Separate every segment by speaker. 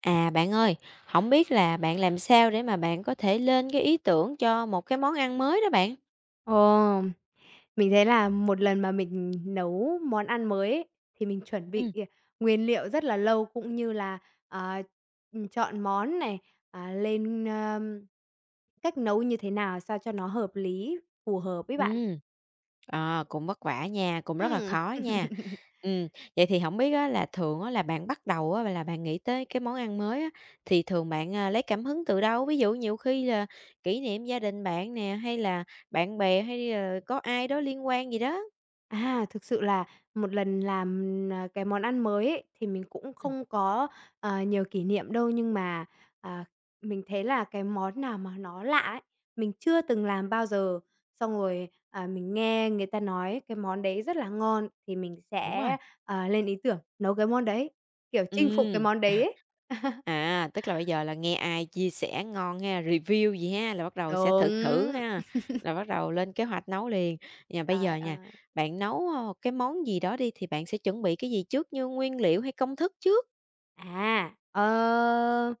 Speaker 1: À, bạn ơi, không biết là bạn làm sao để mà bạn có thể lên cái ý tưởng cho một cái món ăn mới đó bạn?
Speaker 2: Ồ, mình thấy là một lần mà mình nấu món ăn mới ấy, thì mình chuẩn bị
Speaker 1: Ừm.
Speaker 2: nguyên liệu rất là lâu cũng như là, ờ, chọn món này, lên, cách nấu như thế nào sao cho nó hợp lý, phù hợp với bạn.
Speaker 1: Ừm, ờ, cũng vất vả nha, cũng rất là
Speaker 2: Ừm.
Speaker 1: khó nha. Ừm, vậy thì không biết á là thường á là bạn bắt đầu á là bạn nghĩ tới cái món ăn mới á, thì thường bạn, lấy cảm hứng từ đâu? Ví dụ nhiều khi là kỷ niệm gia đình bạn nè, hay là bạn bè, hay là có ai đó liên quan gì đó?
Speaker 2: À, thực sự là một lần làm, cái món ăn mới ấy, thì mình cũng
Speaker 1: Ừm,
Speaker 2: không có, nhiều kỷ niệm đâu, nhưng mà, à, mình thấy là cái món nào mà nó lạ ấy, mình chưa từng làm bao giờ, xong rồi, mình nghe người ta nói cái món đấy rất là ngon thì mình
Speaker 1: đúng rồi.
Speaker 2: sẽ, lên ý tưởng nấu cái món đấy, kiểu, chinh phục cái
Speaker 1: Ừm.
Speaker 2: món đấy ấy.
Speaker 1: À, tức là bây giờ là nghe ai chia sẻ ngon ha, review gì ha, là bắt đầu sẽ
Speaker 2: Đúng,
Speaker 1: thử thử ha, là bắt đầu lên kế hoạch nấu liền. Nhà bây
Speaker 2: trời
Speaker 1: giờ nha,
Speaker 2: ơi.
Speaker 1: bạn nấu, cái món gì đó đi thì bạn sẽ chuẩn bị cái gì trước như nguyên liệu hay công thức trước?
Speaker 2: À, ờ,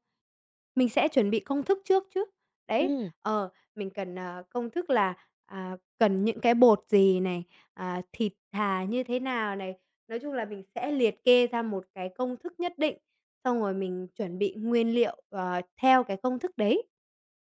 Speaker 2: mình sẽ chuẩn bị công thức trước chứ. Đấy,
Speaker 1: Ừm,
Speaker 2: mình cần, công thức là, cần những cái bột gì này, thịt thà như thế nào này. Nói chung là mình sẽ liệt kê ra một cái công thức nhất định, xong rồi mình chuẩn bị nguyên liệu, theo cái công thức đấy.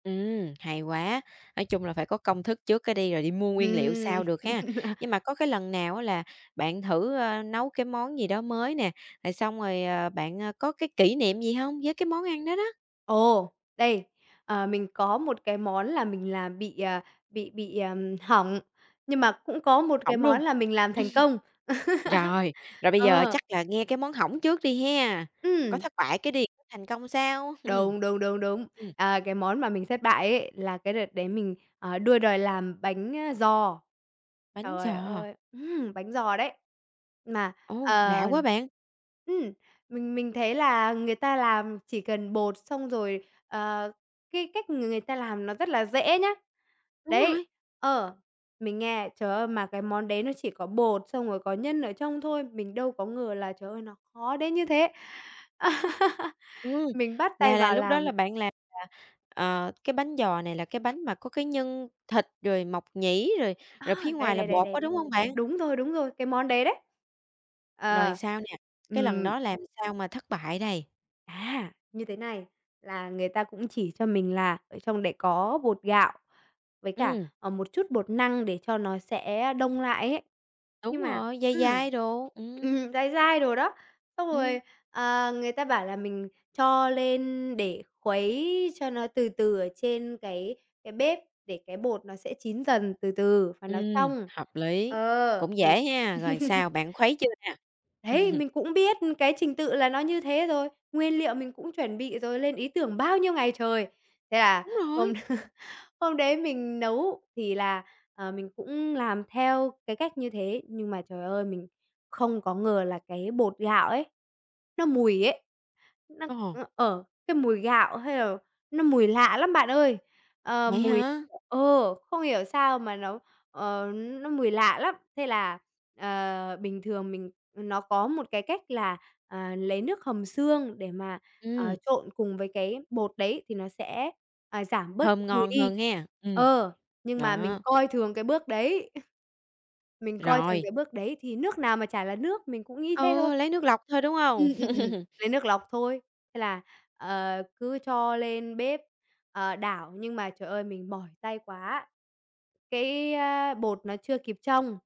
Speaker 1: hay quá. Nói chung là phải có công thức trước cái đi rồi đi mua nguyên liệu
Speaker 2: Ừm.
Speaker 1: sau được ha. Nhưng mà có cái lần nào á là bạn thử, nấu cái món gì đó mới nè, rồi xong rồi, bạn, có cái kỷ niệm gì không với cái món ăn đó đó?
Speaker 2: Ồ, đây, mình có một cái món là mình làm bị, hỏng, nhưng mà cũng có một cái
Speaker 1: Hổng
Speaker 2: món
Speaker 1: luôn?
Speaker 2: là mình làm thành công.
Speaker 1: Rồi, rồi bây giờ
Speaker 2: Ờ,
Speaker 1: chắc là nghe cái món hỏng trước đi ha, có
Speaker 2: ừm,
Speaker 1: thất bại cái đi, có thành công sau. Ừm.
Speaker 2: Đúng, đúng, đúng, đúng. À, cái món mà mình thất bại ấy là cái đợt đấy mình, đua đòi làm bánh, giò.
Speaker 1: Bánh
Speaker 2: Trời
Speaker 1: giò,
Speaker 2: ơi, bánh giò đấy. Mà,
Speaker 1: ô, lạ
Speaker 2: ờ
Speaker 1: quá bạn,
Speaker 2: ừm, mình thấy là người ta làm chỉ cần bột xong rồi, cái cách người người ta làm nó rất là dễ nhá.
Speaker 1: đúng
Speaker 2: Đấy,
Speaker 1: rồi,
Speaker 2: ờ, mình nghe, trời ơi, mà cái món đấy nó chỉ có bột xong rồi có nhân ở trong thôi, mình đâu có ngờ là, trời ơi, nó khó đến như thế.
Speaker 1: ừm,
Speaker 2: Mình bắt tay
Speaker 1: là
Speaker 2: vào
Speaker 1: lúc đó
Speaker 2: làm
Speaker 1: là bạn làm, cái bánh giò này là cái bánh mà có cái nhân thịt rồi mộc nhĩ rồi rồi phía
Speaker 2: á, đấy,
Speaker 1: ngoài là
Speaker 2: đấy, đấy,
Speaker 1: bột
Speaker 2: đấy,
Speaker 1: đó
Speaker 2: đấy.
Speaker 1: đúng không bạn?
Speaker 2: Đúng rồi, cái món đấy đấy.
Speaker 1: Rồi
Speaker 2: Ờ,
Speaker 1: sao nè, cái lần
Speaker 2: ừm.
Speaker 1: đó làm sao mà thất bại đây?
Speaker 2: Như thế này, là người ta cũng chỉ cho mình là ở trong để có bột gạo với cả,
Speaker 1: Ừm,
Speaker 2: một chút bột năng để cho nó sẽ đông lại ấy. Nhưng
Speaker 1: đúng
Speaker 2: mà
Speaker 1: rồi, dai
Speaker 2: ừm,
Speaker 1: dai đồ, ừ,
Speaker 2: dai dai đồ đó, xong
Speaker 1: ừm.
Speaker 2: rồi, người ta bảo là mình cho lên để khuấy cho nó từ từ ở trên cái bếp để cái bột nó sẽ chín dần từ từ và nó trong.
Speaker 1: Hợp lý,
Speaker 2: Ờ,
Speaker 1: cũng
Speaker 2: mình
Speaker 1: dễ ha, rồi sao, bạn khuấy chưa nè?
Speaker 2: Đấy, mình cũng biết cái trình tự là nó như thế rồi, nguyên liệu mình cũng chuẩn bị rồi, lên ý tưởng bao nhiêu ngày trời. Thế là
Speaker 1: Đúng
Speaker 2: hôm
Speaker 1: rồi,
Speaker 2: hôm đấy mình nấu thì là, mình cũng làm theo cái cách như thế, nhưng mà, trời ơi, mình không có ngờ là cái bột gạo ấy, nó mùi ấy, nó
Speaker 1: ồ,
Speaker 2: ở cái mùi gạo hay là nó mùi lạ lắm bạn ơi. Ờ,
Speaker 1: vậy
Speaker 2: mùi
Speaker 1: hả?
Speaker 2: không hiểu sao mà nó, nó mùi lạ lắm. Thế là, bình thường mình nó có một cái cách là, lấy nước hầm xương để mà
Speaker 1: Ừm,
Speaker 2: trộn cùng với cái bột đấy thì nó sẽ, giảm bớt cái
Speaker 1: thơm
Speaker 2: mùi
Speaker 1: ngon
Speaker 2: đi.
Speaker 1: hơn ha,
Speaker 2: Ờ, nhưng mà mình
Speaker 1: đó,
Speaker 2: coi thường cái bước đấy, mình coi thường
Speaker 1: rồi,
Speaker 2: cái bước đấy thì nước nào mà chả là nước, mình cũng nghĩ thế thôi.
Speaker 1: ừ, lấy nước lọc thôi, đúng không,
Speaker 2: Ừm, ừm, ừm, lấy nước lọc thôi. Thế là, cứ cho lên bếp, đảo nhưng mà trời ơi, mình mỏi tay quá, cái, bột nó chưa kịp trong,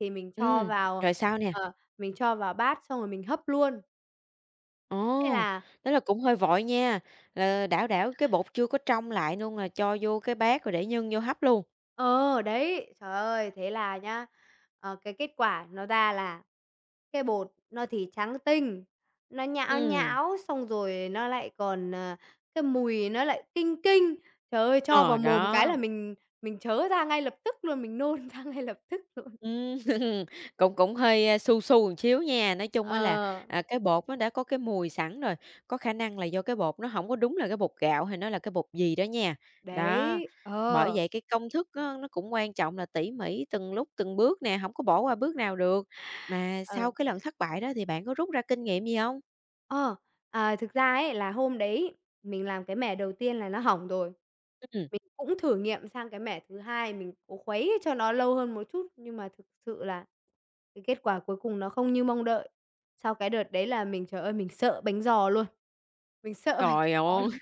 Speaker 2: thì mình cho
Speaker 1: Ừm,
Speaker 2: vào,
Speaker 1: rồi sao nè?
Speaker 2: ờ, mình cho vào bát xong rồi mình hấp luôn. Thế
Speaker 1: Ồ,
Speaker 2: là
Speaker 1: tức là cũng hơi vội nha, là đảo đảo cái bột chưa có trong lại luôn là cho vô cái bát rồi để nhân vô hấp luôn.
Speaker 2: Ờ, đấy, trời ơi, thế là nhá, cái kết quả nó ra là cái bột nó thì trắng tinh, nó nhão
Speaker 1: Ừm,
Speaker 2: nhão, xong rồi nó lại còn, cái mùi nó lại kinh kinh. Trời ơi, cho vào
Speaker 1: ờ,
Speaker 2: mồm cái
Speaker 1: đó.
Speaker 2: là mình chớ ra ngay lập tức luôn, mình nôn ra ngay lập tức luôn.
Speaker 1: Ừm, cũng cũng hơi, su su một xíu nha. Nói chung á là,
Speaker 2: Ờ,
Speaker 1: cái bột nó đã có cái mùi sẵn rồi, có khả năng là do cái bột nó không có đúng là cái bột gạo hay nó là cái bột gì đó nha. Đó,
Speaker 2: đấy,
Speaker 1: bởi
Speaker 2: ờ,
Speaker 1: vậy cái công thức á nó cũng quan trọng là tỉ mỉ từng lúc từng bước nè, không có bỏ qua bước nào được. Mà sau
Speaker 2: ờ.
Speaker 1: cái lần thất bại đó thì bạn có rút ra kinh nghiệm gì không?
Speaker 2: Ờ, à, thực ra ấy là hôm đấy mình làm cái mẻ đầu tiên là nó hỏng rồi.
Speaker 1: Ừm,
Speaker 2: Mình cũng thử nghiệm sang cái mẻ thứ hai, mình cố khuấy cho nó lâu hơn một chút, nhưng mà thực sự là cái kết quả cuối cùng nó không như mong đợi. Sau cái đợt đấy là mình, trời ơi, mình sợ bánh giò luôn, mình sợ bánh
Speaker 1: trời
Speaker 2: giò
Speaker 1: ơi,
Speaker 2: luôn.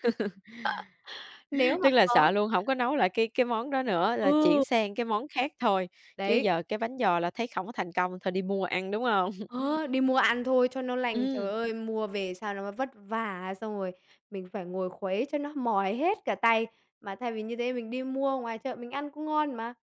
Speaker 2: Nếu mà
Speaker 1: tức là
Speaker 2: có
Speaker 1: sợ luôn không có nấu lại cái món đó nữa, là chuyển
Speaker 2: ừ,
Speaker 1: sang cái món khác thôi, chứ
Speaker 2: đấy,
Speaker 1: giờ cái bánh giò là thấy không có thành công thôi đi mua ăn, đúng không?
Speaker 2: Ờ, đi mua ăn thôi cho nó lành.
Speaker 1: Ừm,
Speaker 2: Trời ơi, mua về sao nó vất vả, xong rồi mình phải ngồi khuấy cho nó mỏi hết cả tay. Mà thay vì như thế mình đi mua ngoài chợ mình ăn cũng ngon mà,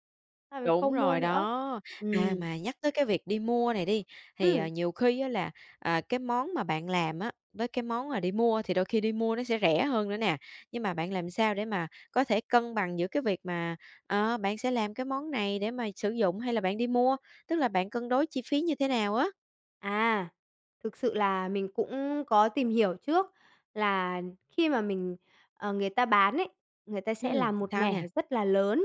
Speaker 2: sao mình
Speaker 1: đúng
Speaker 2: không mua
Speaker 1: rồi
Speaker 2: nữa?
Speaker 1: đó.
Speaker 2: Ừ.
Speaker 1: À, mà nhắc tới cái việc đi mua này đi, thì,
Speaker 2: Ừ.
Speaker 1: nhiều khi á là, cái món mà bạn làm á, với cái món mà đi mua thì đôi khi đi mua nó sẽ rẻ hơn nữa nè. Nhưng mà bạn làm sao để mà có thể cân bằng giữa cái việc mà, bạn sẽ làm cái món này để mà sử dụng hay là bạn đi mua? Tức là bạn cân đối chi phí như thế nào á?
Speaker 2: À, thực sự là mình cũng có tìm hiểu trước là khi mà mình người ta bán ấy, người ta sẽ làm một
Speaker 1: Sao
Speaker 2: mẻ
Speaker 1: nè?
Speaker 2: rất là lớn,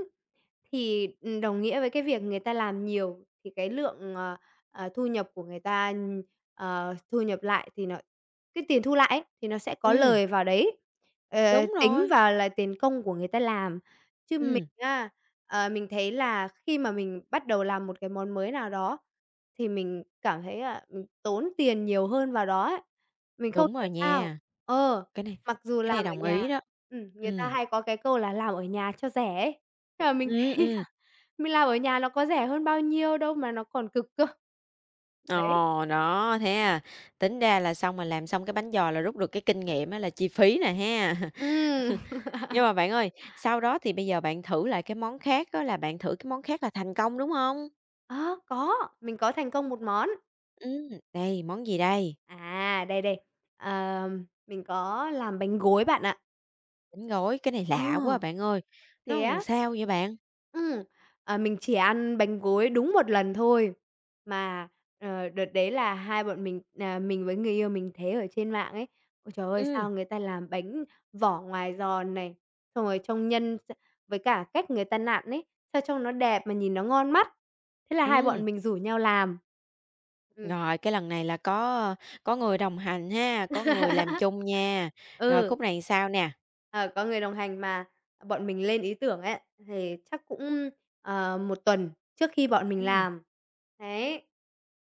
Speaker 2: thì, đồng nghĩa với cái việc người ta làm nhiều thì cái lượng, thu nhập của người ta, thu nhập lại thì nó cái tiền thu lại ấy, thì nó sẽ có
Speaker 1: Ừm,
Speaker 2: lời vào đấy, ờ,
Speaker 1: đúng
Speaker 2: tính
Speaker 1: rồi,
Speaker 2: vào là tiền công của người ta làm. Chứ mình
Speaker 1: ừm,
Speaker 2: á, mình thấy là khi mà mình bắt đầu làm một cái món mới nào đó thì mình cảm thấy là mình tốn tiền nhiều hơn vào đó ấy. Mình không
Speaker 1: đúng
Speaker 2: hiểu
Speaker 1: rồi
Speaker 2: sao
Speaker 1: nha.
Speaker 2: ờ,
Speaker 1: Cái này
Speaker 2: mặc dù
Speaker 1: cái
Speaker 2: làm
Speaker 1: này
Speaker 2: ở
Speaker 1: đồng
Speaker 2: nhà
Speaker 1: ý đó.
Speaker 2: người ta
Speaker 1: Ừm,
Speaker 2: hay có cái câu là "Làm ở nhà cho rẻ" ấy, nhưng mà mình
Speaker 1: ừm,
Speaker 2: thấy là
Speaker 1: ừm.
Speaker 2: mình làm ở nhà nó có rẻ hơn bao nhiêu đâu mà nó còn cực cơ. Đấy.
Speaker 1: Ồ, đó, thế à. Tính ra là xong mà làm xong cái bánh giò là rút được cái kinh nghiệm á là chi phí nè ha.
Speaker 2: Ừm,
Speaker 1: Nhưng mà bạn ơi, sau đó thì bây giờ bạn thử lại cái món khác đó là bạn thử cái món khác là thành công, đúng không?
Speaker 2: ờ, có, mình có thành công một món.
Speaker 1: Đây, món gì đây?
Speaker 2: À, đây, đây, mình có làm bánh gối bạn ạ.
Speaker 1: Bánh gói, cái này
Speaker 2: Ờ.
Speaker 1: lạ quá à bạn ơi,
Speaker 2: Thế
Speaker 1: nó làm
Speaker 2: á?
Speaker 1: sao vậy bạn?
Speaker 2: Ừm, mình chỉ ăn bánh gối đúng một lần thôi, mà, đợt đấy là hai bọn mình à, mình với người yêu mình thấy ở trên mạng ấy, ôi trời ơi,
Speaker 1: Ừm,
Speaker 2: sao người ta làm bánh vỏ ngoài giòn này, xong rồi trông nhân s với cả cách người ta nặn ấy, sao trông nó đẹp mà nhìn nó ngon mắt. Thế là hai
Speaker 1: ừm,
Speaker 2: bọn mình rủ nhau làm. Ừm.
Speaker 1: rồi cái lần này là có người đồng hành ha, có người làm chung nha. Rồi
Speaker 2: Ừ.
Speaker 1: khúc này sao nè?
Speaker 2: Ờ, có người đồng hành mà bọn mình lên ý tưởng ấy, thì chắc cũng, 1 tuần trước khi bọn mình
Speaker 1: Ừm,
Speaker 2: làm. Đấy,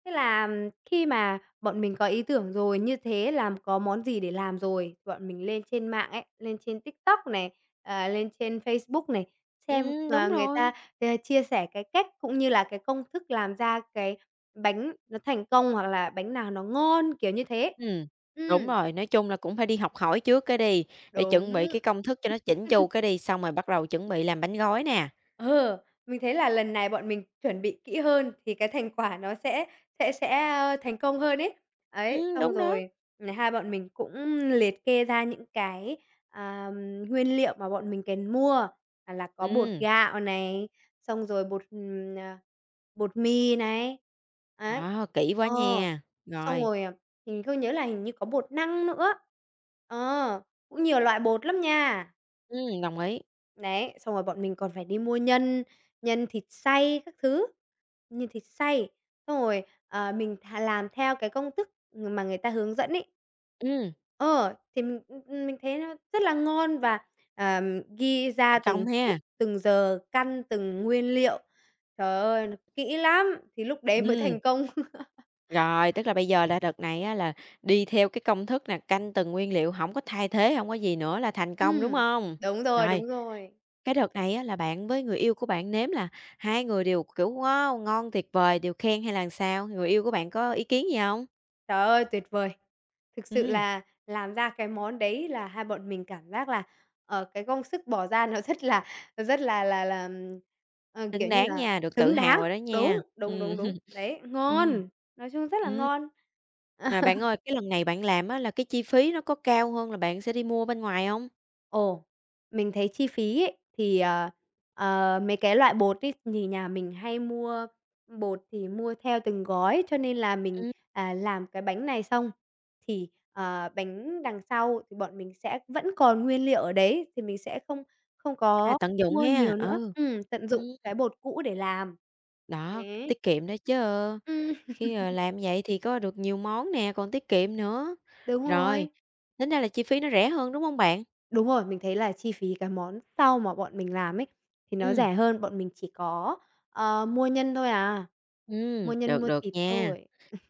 Speaker 2: thế là khi mà bọn mình có ý tưởng rồi, như thế làm có món gì để làm rồi, bọn mình lên trên mạng ấy, lên trên TikTok này, lên trên Facebook này, xem,
Speaker 1: đúng
Speaker 2: người ta,
Speaker 1: rồi.
Speaker 2: chia sẻ cái cách cũng như là cái công thức làm ra cái bánh nó thành công hoặc là bánh nào nó ngon, kiểu như thế.
Speaker 1: Ừm,
Speaker 2: Ừm,
Speaker 1: đúng rồi, nói chung là cũng phải đi học hỏi trước cái đi, để
Speaker 2: đúng.
Speaker 1: chuẩn bị cái công thức cho nó chỉnh chu cái đi, xong rồi bắt đầu chuẩn bị làm bánh gói nè.
Speaker 2: Ờ, mình thấy là lần này bọn mình chuẩn bị kỹ hơn thì cái thành quả nó sẽ, thành công hơn ấy. Ấy, xong
Speaker 1: Đúng đó.
Speaker 2: rồi, hai bọn mình cũng liệt kê ra những cái, à, nguyên liệu mà bọn mình cần mua, là có bột
Speaker 1: Ừm,
Speaker 2: gạo này, xong rồi bột, bột mì này, ấy.
Speaker 1: đó, kỹ quá
Speaker 2: Ờ,
Speaker 1: nha.
Speaker 2: xong
Speaker 1: Rồi,
Speaker 2: rồi, mình không nhớ là hình như có bột năng nữa. Ờ, cũng nhiều loại bột lắm nha.
Speaker 1: đồng ý.
Speaker 2: Đấy, xong rồi bọn mình còn phải đi mua nhân, nhân thịt xay các thứ, nhân thịt xay, xong rồi, mình thà làm theo cái công thức mà người ta hướng dẫn ấy.
Speaker 1: Ừm,
Speaker 2: Mình thấy nó rất là ngon và, ghi ra
Speaker 1: thành
Speaker 2: từng
Speaker 1: công
Speaker 2: phút,
Speaker 1: ha.
Speaker 2: từng giờ, căn từng nguyên liệu. Trời ơi, nó kỹ lắm, thì lúc đấy mới
Speaker 1: Ừm,
Speaker 2: thành công.
Speaker 1: rồi, tức là bây giờ là đợt này á là đi theo cái công thức nè, canh từng nguyên liệu, hổng có thay thế, hổng có gì nữa là thành công, đúng
Speaker 2: Ừm.
Speaker 1: hông?
Speaker 2: Đúng rồi, đúng
Speaker 1: Rồi.
Speaker 2: rồi.
Speaker 1: Cái đợt này á là bạn với người yêu của bạn nếm là hai người đều, kiểu, wow, ngon tuyệt vời, đều khen hay là sao? Người yêu của bạn có ý kiến gì không?
Speaker 2: Trời ơi, tuyệt vời! Thực sự
Speaker 1: Ừm,
Speaker 2: là làm ra cái món đấy là hai bọn mình cảm giác là, cái công sức bỏ ra nó rất là rất là là là, ừm, kiểu
Speaker 1: xứng
Speaker 2: như
Speaker 1: đáng
Speaker 2: là,
Speaker 1: nha, được tự
Speaker 2: xứng
Speaker 1: hào
Speaker 2: đáng.
Speaker 1: rồi đó
Speaker 2: Đúng,
Speaker 1: nha.
Speaker 2: đúng,
Speaker 1: Ừm.
Speaker 2: đúng, đúng. Đấy,
Speaker 1: Ừm.
Speaker 2: ngon, nói chung rất là
Speaker 1: Ừm,
Speaker 2: ngon.
Speaker 1: mà bạn ơi, cái lần này bạn làm á là cái chi phí nó có cao hơn là bạn sẽ đi mua bên ngoài không?
Speaker 2: Ồ, mình thấy chi phí ấy, thì, mấy cái loại bột ấy, thì nhà mình hay mua bột thì mua theo từng gói, cho nên là mình,
Speaker 1: Ừm,
Speaker 2: làm cái bánh này xong thì, bánh đằng sau thì bọn mình sẽ vẫn còn nguyên liệu ở đấy, thì mình sẽ không không
Speaker 1: à,
Speaker 2: có
Speaker 1: tận dụng
Speaker 2: mua
Speaker 1: ha,
Speaker 2: nhiều nữa.
Speaker 1: ừ,
Speaker 2: Tận dụng cái
Speaker 1: ừm,
Speaker 2: bột cũ để làm.
Speaker 1: đó,
Speaker 2: Thế
Speaker 1: tiết kiệm đó chứ.
Speaker 2: ừm,
Speaker 1: Khi, làm vậy thì có được nhiều món nè, còn tiết kiệm nữa.
Speaker 2: đúng
Speaker 1: Rồi,
Speaker 2: rồi.
Speaker 1: tính ra là chi phí nó rẻ hơn, đúng không bạn?
Speaker 2: Đúng rồi, mình thấy là chi phí cái món sau mà bọn mình làm ấy, thì nó
Speaker 1: Ừm.
Speaker 2: rẻ hơn, bọn mình chỉ có, mua nhân thôi à. Mua nhân
Speaker 1: Được,
Speaker 2: mua
Speaker 1: được
Speaker 2: thịt
Speaker 1: nha.
Speaker 2: thôi,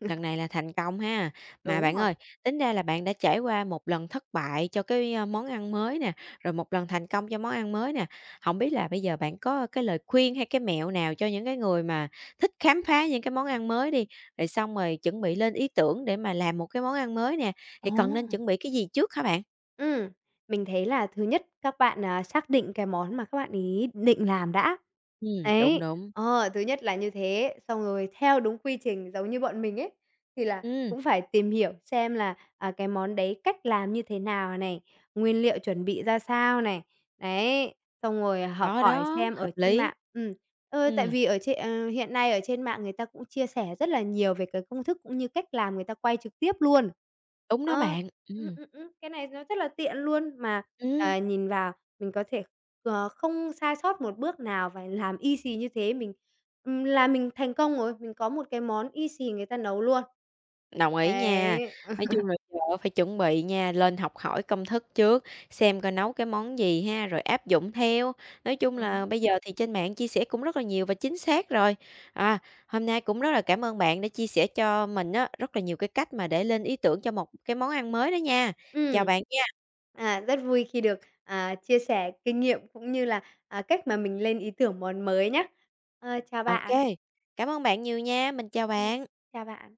Speaker 1: Lần này là thành công ha. Mà
Speaker 2: đúng
Speaker 1: bạn
Speaker 2: rồi.
Speaker 1: ơi, tính ra là bạn đã trải qua một lần thất bại cho cái, món ăn mới nè, rồi một lần thành công cho món ăn mới nè. Không biết là bây giờ bạn có cái lời khuyên hay cái mẹo nào cho những cái người mà thích khám phá những cái món ăn mới đi, rồi xong rồi chuẩn bị lên ý tưởng để mà làm một cái món ăn mới nè, thì cần nên
Speaker 2: Ồ!
Speaker 1: chuẩn bị cái gì trước hả bạn?
Speaker 2: Ừm, mình thấy là thứ nhất các bạn, xác định cái món mà các bạn ấy định làm đã.
Speaker 1: Đúng,
Speaker 2: Đấy,
Speaker 1: đúng.
Speaker 2: thứ nhất là như thế, xong rồi theo đúng quy trình giống như bọn mình ấy, thì là
Speaker 1: Ừm,
Speaker 2: cũng phải tìm hiểu xem là, cái món đấy cách làm như thế nào này, nguyên liệu chuẩn bị ra sao này, đấy, xong rồi học
Speaker 1: đó,
Speaker 2: hỏi
Speaker 1: đó,
Speaker 2: xem ở
Speaker 1: hợp
Speaker 2: trên
Speaker 1: lý.
Speaker 2: mạng. Ừm. Ờ, tại
Speaker 1: Ừm,
Speaker 2: vì ở trên hiện nay ở trên mạng người ta cũng chia sẻ rất là nhiều về cái công thức cũng như cách làm người ta quay trực tiếp luôn.
Speaker 1: đúng đó
Speaker 2: Ờ,
Speaker 1: bạn.
Speaker 2: cái này nó rất là tiện luôn mà,
Speaker 1: Ừm.
Speaker 2: nhìn vào mình có thể, không sai sót một bước nào và làm y xì như thế mình là mình thành công rồi, mình có một cái món y xì người ta nấu luôn.
Speaker 1: Đồng ý nha.
Speaker 2: Đấy. Ờ.
Speaker 1: Nói chung là giờ phải chuẩn bị nha, lên học hỏi công thức trước, xem coi nấu cái món gì ha, rồi áp dụng theo. Nói chung là
Speaker 2: Đúng.
Speaker 1: bây giờ thì trên mạng chia sẻ cũng rất là nhiều và chính xác rồi. À, hôm nay cũng rất là cảm ơn bạn đã chia sẻ cho mình á, rất là nhiều cái cách mà để lên ý tưởng cho một cái món ăn mới đó nha.
Speaker 2: Ừm.
Speaker 1: Chào bạn nha.
Speaker 2: À, rất vui khi được, chia sẻ kinh nghiệm cũng như là, cách mà mình lên ý tưởng món mới nhé. Ờ, chào bạn.
Speaker 1: Ok, cảm ơn bạn nhiều nha, mình chào
Speaker 2: Ừm,
Speaker 1: bạn.
Speaker 2: chào bạn.